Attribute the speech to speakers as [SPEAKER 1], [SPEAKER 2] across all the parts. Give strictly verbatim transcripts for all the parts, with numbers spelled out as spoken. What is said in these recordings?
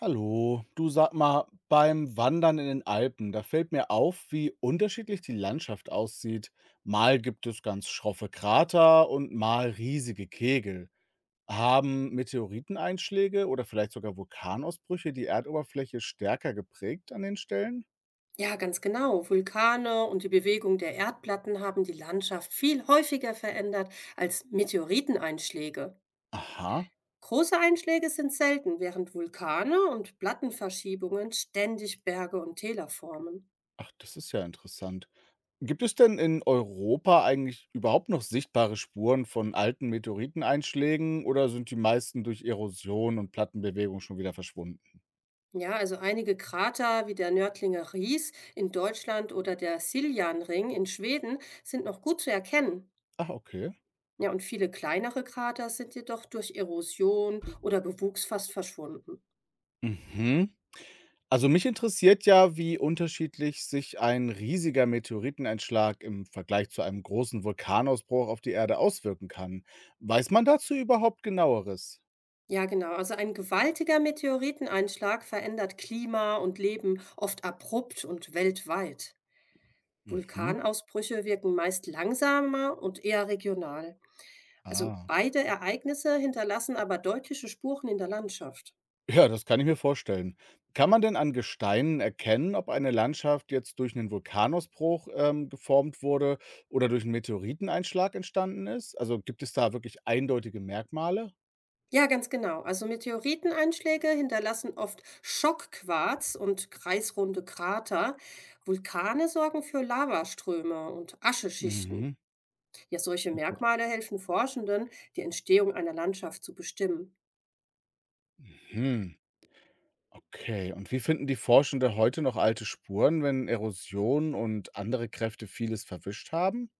[SPEAKER 1] Hallo, du, sag mal, beim Wandern in den Alpen, da fällt mir auf, wie unterschiedlich die Landschaft aussieht. Mal gibt es ganz schroffe Krater und mal riesige Kegel. Haben Meteoriteneinschläge oder vielleicht sogar Vulkanausbrüche die Erdoberfläche stärker geprägt an den Stellen?
[SPEAKER 2] Ja, ganz genau. Vulkane und die Bewegung der Erdplatten haben die Landschaft viel häufiger verändert als Meteoriteneinschläge.
[SPEAKER 1] Aha,
[SPEAKER 2] Große Einschläge sind selten, während Vulkane und Plattenverschiebungen ständig Berge und Täler formen.
[SPEAKER 1] ach, das ist ja interessant. Gibt es denn in Europa eigentlich überhaupt noch sichtbare Spuren von alten Meteoriteneinschlägen oder sind die meisten durch Erosion und Plattenbewegung schon wieder verschwunden?
[SPEAKER 2] Ja, also einige Krater wie der Nördlinger Ries in Deutschland oder der Siljanring in Schweden sind noch gut zu erkennen.
[SPEAKER 1] Ah, okay.
[SPEAKER 2] Ja, und viele kleinere Krater sind jedoch durch Erosion oder Bewuchs fast verschwunden.
[SPEAKER 1] Mhm. Also mich interessiert ja, wie unterschiedlich sich ein riesiger Meteoriteneinschlag im Vergleich zu einem großen Vulkanausbruch auf die Erde auswirken kann. Weiß man dazu überhaupt genaueres?
[SPEAKER 2] Ja, genau. Also ein gewaltiger Meteoriteneinschlag verändert Klima und Leben oft abrupt und weltweit.
[SPEAKER 1] Mhm.
[SPEAKER 2] Vulkanausbrüche wirken meist langsamer und eher regional. Also
[SPEAKER 1] Ah.
[SPEAKER 2] beide Ereignisse hinterlassen aber deutliche Spuren in der Landschaft.
[SPEAKER 1] Ja, das kann ich mir vorstellen. Kann man denn an Gesteinen erkennen, ob eine Landschaft jetzt durch einen Vulkanausbruch ähm, geformt wurde oder durch einen Meteoriteneinschlag entstanden ist? Also gibt es da wirklich eindeutige Merkmale?
[SPEAKER 2] Ja, ganz genau. Also Meteoriteneinschläge hinterlassen oft Schockquarz und kreisrunde Krater. Vulkane sorgen für Lavaströme und Ascheschichten.
[SPEAKER 1] Mhm.
[SPEAKER 2] Ja, solche
[SPEAKER 1] Okay.
[SPEAKER 2] Merkmale helfen Forschenden, die Entstehung einer Landschaft zu bestimmen.
[SPEAKER 1] Mhm. Okay, und wie finden die Forschende heute noch alte Spuren, wenn Erosion und andere Kräfte vieles verwischt haben?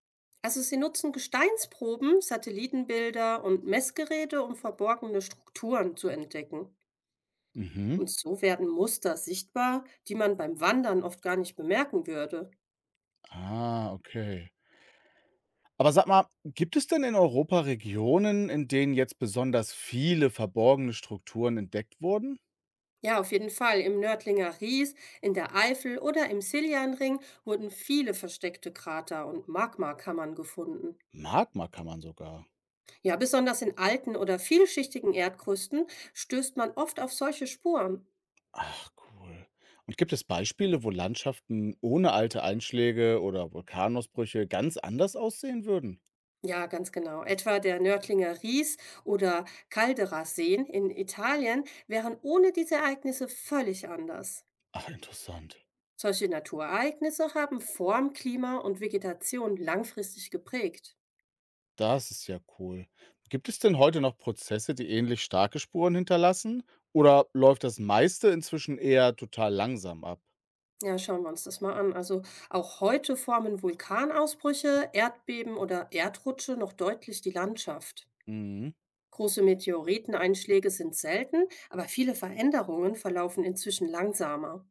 [SPEAKER 2] Also sie nutzen Gesteinsproben, Satellitenbilder und Messgeräte, um verborgene Strukturen zu entdecken.
[SPEAKER 1] Mhm.
[SPEAKER 2] Und so werden Muster sichtbar, die man beim Wandern oft gar nicht bemerken würde.
[SPEAKER 1] Ah, okay. Aber sag mal, gibt es denn in Europa Regionen, in denen jetzt besonders viele verborgene Strukturen entdeckt wurden?
[SPEAKER 2] Ja, auf jeden Fall. Im Nördlinger Ries, in der Eifel oder im Siljanring wurden viele versteckte Krater und Magmakammern gefunden.
[SPEAKER 1] Magma kann man sogar.
[SPEAKER 2] Ja, besonders in alten oder vielschichtigen Erdkrusten stößt man oft auf solche Spuren.
[SPEAKER 1] Ach, cool. Und gibt es Beispiele, wo Landschaften ohne alte Einschläge oder Vulkanausbrüche ganz anders aussehen würden?
[SPEAKER 2] Ja, ganz genau. Etwa der Nördlinger Ries oder Calderas-Seen in Italien wären ohne diese Ereignisse völlig anders.
[SPEAKER 1] Ach, interessant.
[SPEAKER 2] Solche Naturereignisse haben Form, Klima und Vegetation langfristig geprägt.
[SPEAKER 1] Das ist ja cool. Gibt es denn heute noch Prozesse, die ähnlich starke Spuren hinterlassen? Oder läuft das meiste inzwischen eher total langsam ab?
[SPEAKER 2] Ja, schauen wir uns das mal an. Also auch heute formen Vulkanausbrüche, Erdbeben oder Erdrutsche noch deutlich die Landschaft.
[SPEAKER 1] Mhm.
[SPEAKER 2] Große Meteoriteneinschläge sind selten, aber viele Veränderungen verlaufen inzwischen langsamer.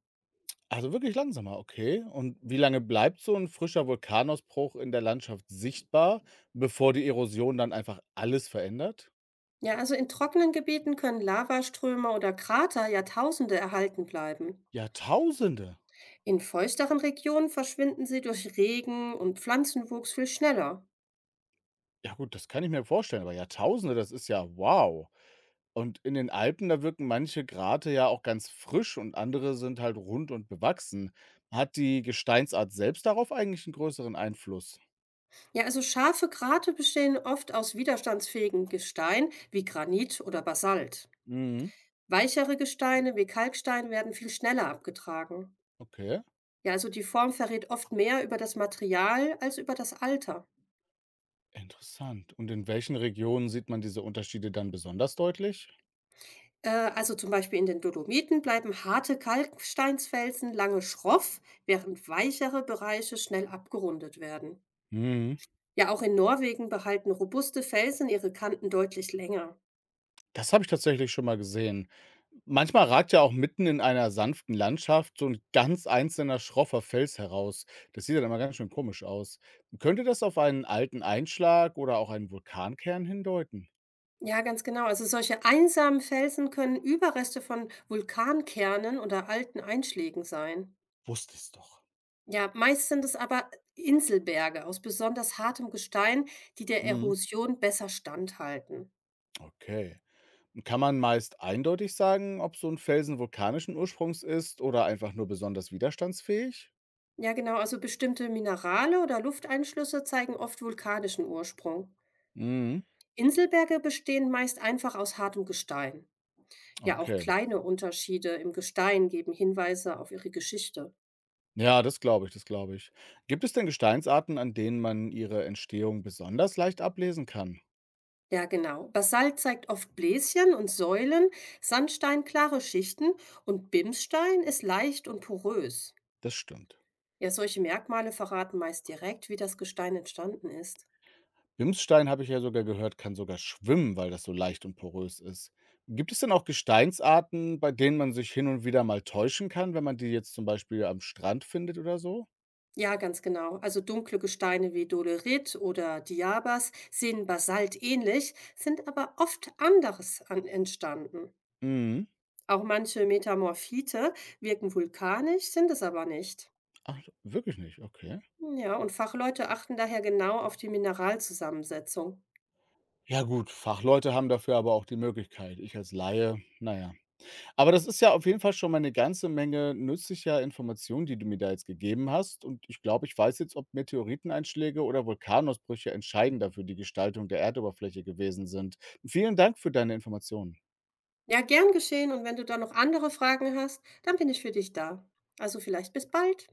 [SPEAKER 1] Also wirklich langsamer, okay. Und wie lange bleibt so ein frischer Vulkanausbruch in der Landschaft sichtbar, bevor die Erosion dann einfach alles verändert?
[SPEAKER 2] Ja, also in trockenen Gebieten können Lavaströme oder Krater Jahrtausende erhalten bleiben.
[SPEAKER 1] Jahrtausende.
[SPEAKER 2] In feuchteren Regionen verschwinden sie durch Regen und Pflanzenwuchs viel schneller.
[SPEAKER 1] Ja gut, das kann ich mir vorstellen, aber Jahrtausende, das ist ja wow. Und in den Alpen, da wirken manche Grate ja auch ganz frisch und andere sind halt rund und bewachsen. Hat die Gesteinsart selbst darauf eigentlich einen größeren Einfluss?
[SPEAKER 2] Ja, also scharfe Krater bestehen oft aus widerstandsfähigen Gestein wie Granit oder Basalt.
[SPEAKER 1] Mhm.
[SPEAKER 2] Weichere Gesteine wie Kalkstein werden viel schneller abgetragen.
[SPEAKER 1] Okay.
[SPEAKER 2] Ja, also die Form verrät oft mehr über das Material als über das Alter.
[SPEAKER 1] Interessant. Und in welchen Regionen sieht man diese Unterschiede dann besonders deutlich?
[SPEAKER 2] Äh, also zum Beispiel in den Dolomiten bleiben harte Kalksteinsfelsen lange schroff, während weichere Bereiche schnell abgerundet werden.
[SPEAKER 1] Mhm.
[SPEAKER 2] Ja, auch in Norwegen behalten robuste Felsen ihre Kanten deutlich länger.
[SPEAKER 1] Das habe ich tatsächlich schon mal gesehen. Manchmal ragt ja auch mitten in einer sanften Landschaft so ein ganz einzelner schroffer Fels heraus. Das sieht dann immer ganz schön komisch aus. Könnte das auf einen alten Einschlag oder auch einen Vulkankern hindeuten?
[SPEAKER 2] Ja, ganz genau. Also solche einsamen Felsen können Überreste von Vulkankernen oder alten Einschlägen sein.
[SPEAKER 1] Wusste ich's doch.
[SPEAKER 2] Ja, meist sind es aber Inselberge aus besonders hartem Gestein, die der
[SPEAKER 1] Mhm.
[SPEAKER 2] Erosion besser standhalten.
[SPEAKER 1] Okay. Und kann man meist eindeutig sagen, ob so ein Felsen vulkanischen Ursprungs ist oder einfach nur besonders widerstandsfähig?
[SPEAKER 2] Ja, genau, also bestimmte Minerale oder Lufteinschlüsse zeigen oft vulkanischen Ursprung.
[SPEAKER 1] Mhm,
[SPEAKER 2] Inselberge bestehen meist einfach aus hartem Gestein. Ja, auch
[SPEAKER 1] okay.
[SPEAKER 2] kleine Unterschiede im Gestein geben Hinweise auf ihre Geschichte.
[SPEAKER 1] Ja, das glaube ich, das glaube ich. Gibt es denn Gesteinsarten, an denen man ihre Entstehung besonders leicht ablesen kann?
[SPEAKER 2] Ja, genau. Basalt zeigt oft Bläschen und Säulen, Sandstein klare Schichten und Bimsstein ist leicht und porös.
[SPEAKER 1] Das stimmt.
[SPEAKER 2] Ja, solche Merkmale verraten meist direkt, wie das Gestein entstanden ist.
[SPEAKER 1] Bimsstein habe ich ja sogar gehört, kann sogar schwimmen, weil das so leicht und porös ist. Gibt es denn auch Gesteinsarten, bei denen man sich hin und wieder mal täuschen kann, wenn man die jetzt zum Beispiel am Strand findet oder so?
[SPEAKER 2] Ja, ganz genau. Also dunkle Gesteine wie Dolerit oder Diabas sehen Basalt ähnlich, sind aber oft anderes an entstanden.
[SPEAKER 1] Mhm.
[SPEAKER 2] Auch manche Metamorphite wirken vulkanisch, sind es aber nicht.
[SPEAKER 1] Ach, wirklich nicht, okay.
[SPEAKER 2] Hm, ja, und Fachleute achten daher genau auf die Mineralzusammensetzung.
[SPEAKER 1] Ja gut, Fachleute haben dafür aber auch die Möglichkeit. Ich als Laie, na ja. Aber das ist ja auf jeden Fall schon mal eine ganze Menge nützlicher Informationen, die du mir da jetzt gegeben hast und ich glaube, ich weiß jetzt, ob Meteoriteneinschläge oder Vulkanausbrüche entscheidender für die Gestaltung der Erdoberfläche gewesen sind. Vielen Dank für deine Informationen.
[SPEAKER 2] Ja, gern geschehen. Und wenn du da noch andere Fragen hast, dann bin ich für dich da. Also vielleicht bis bald.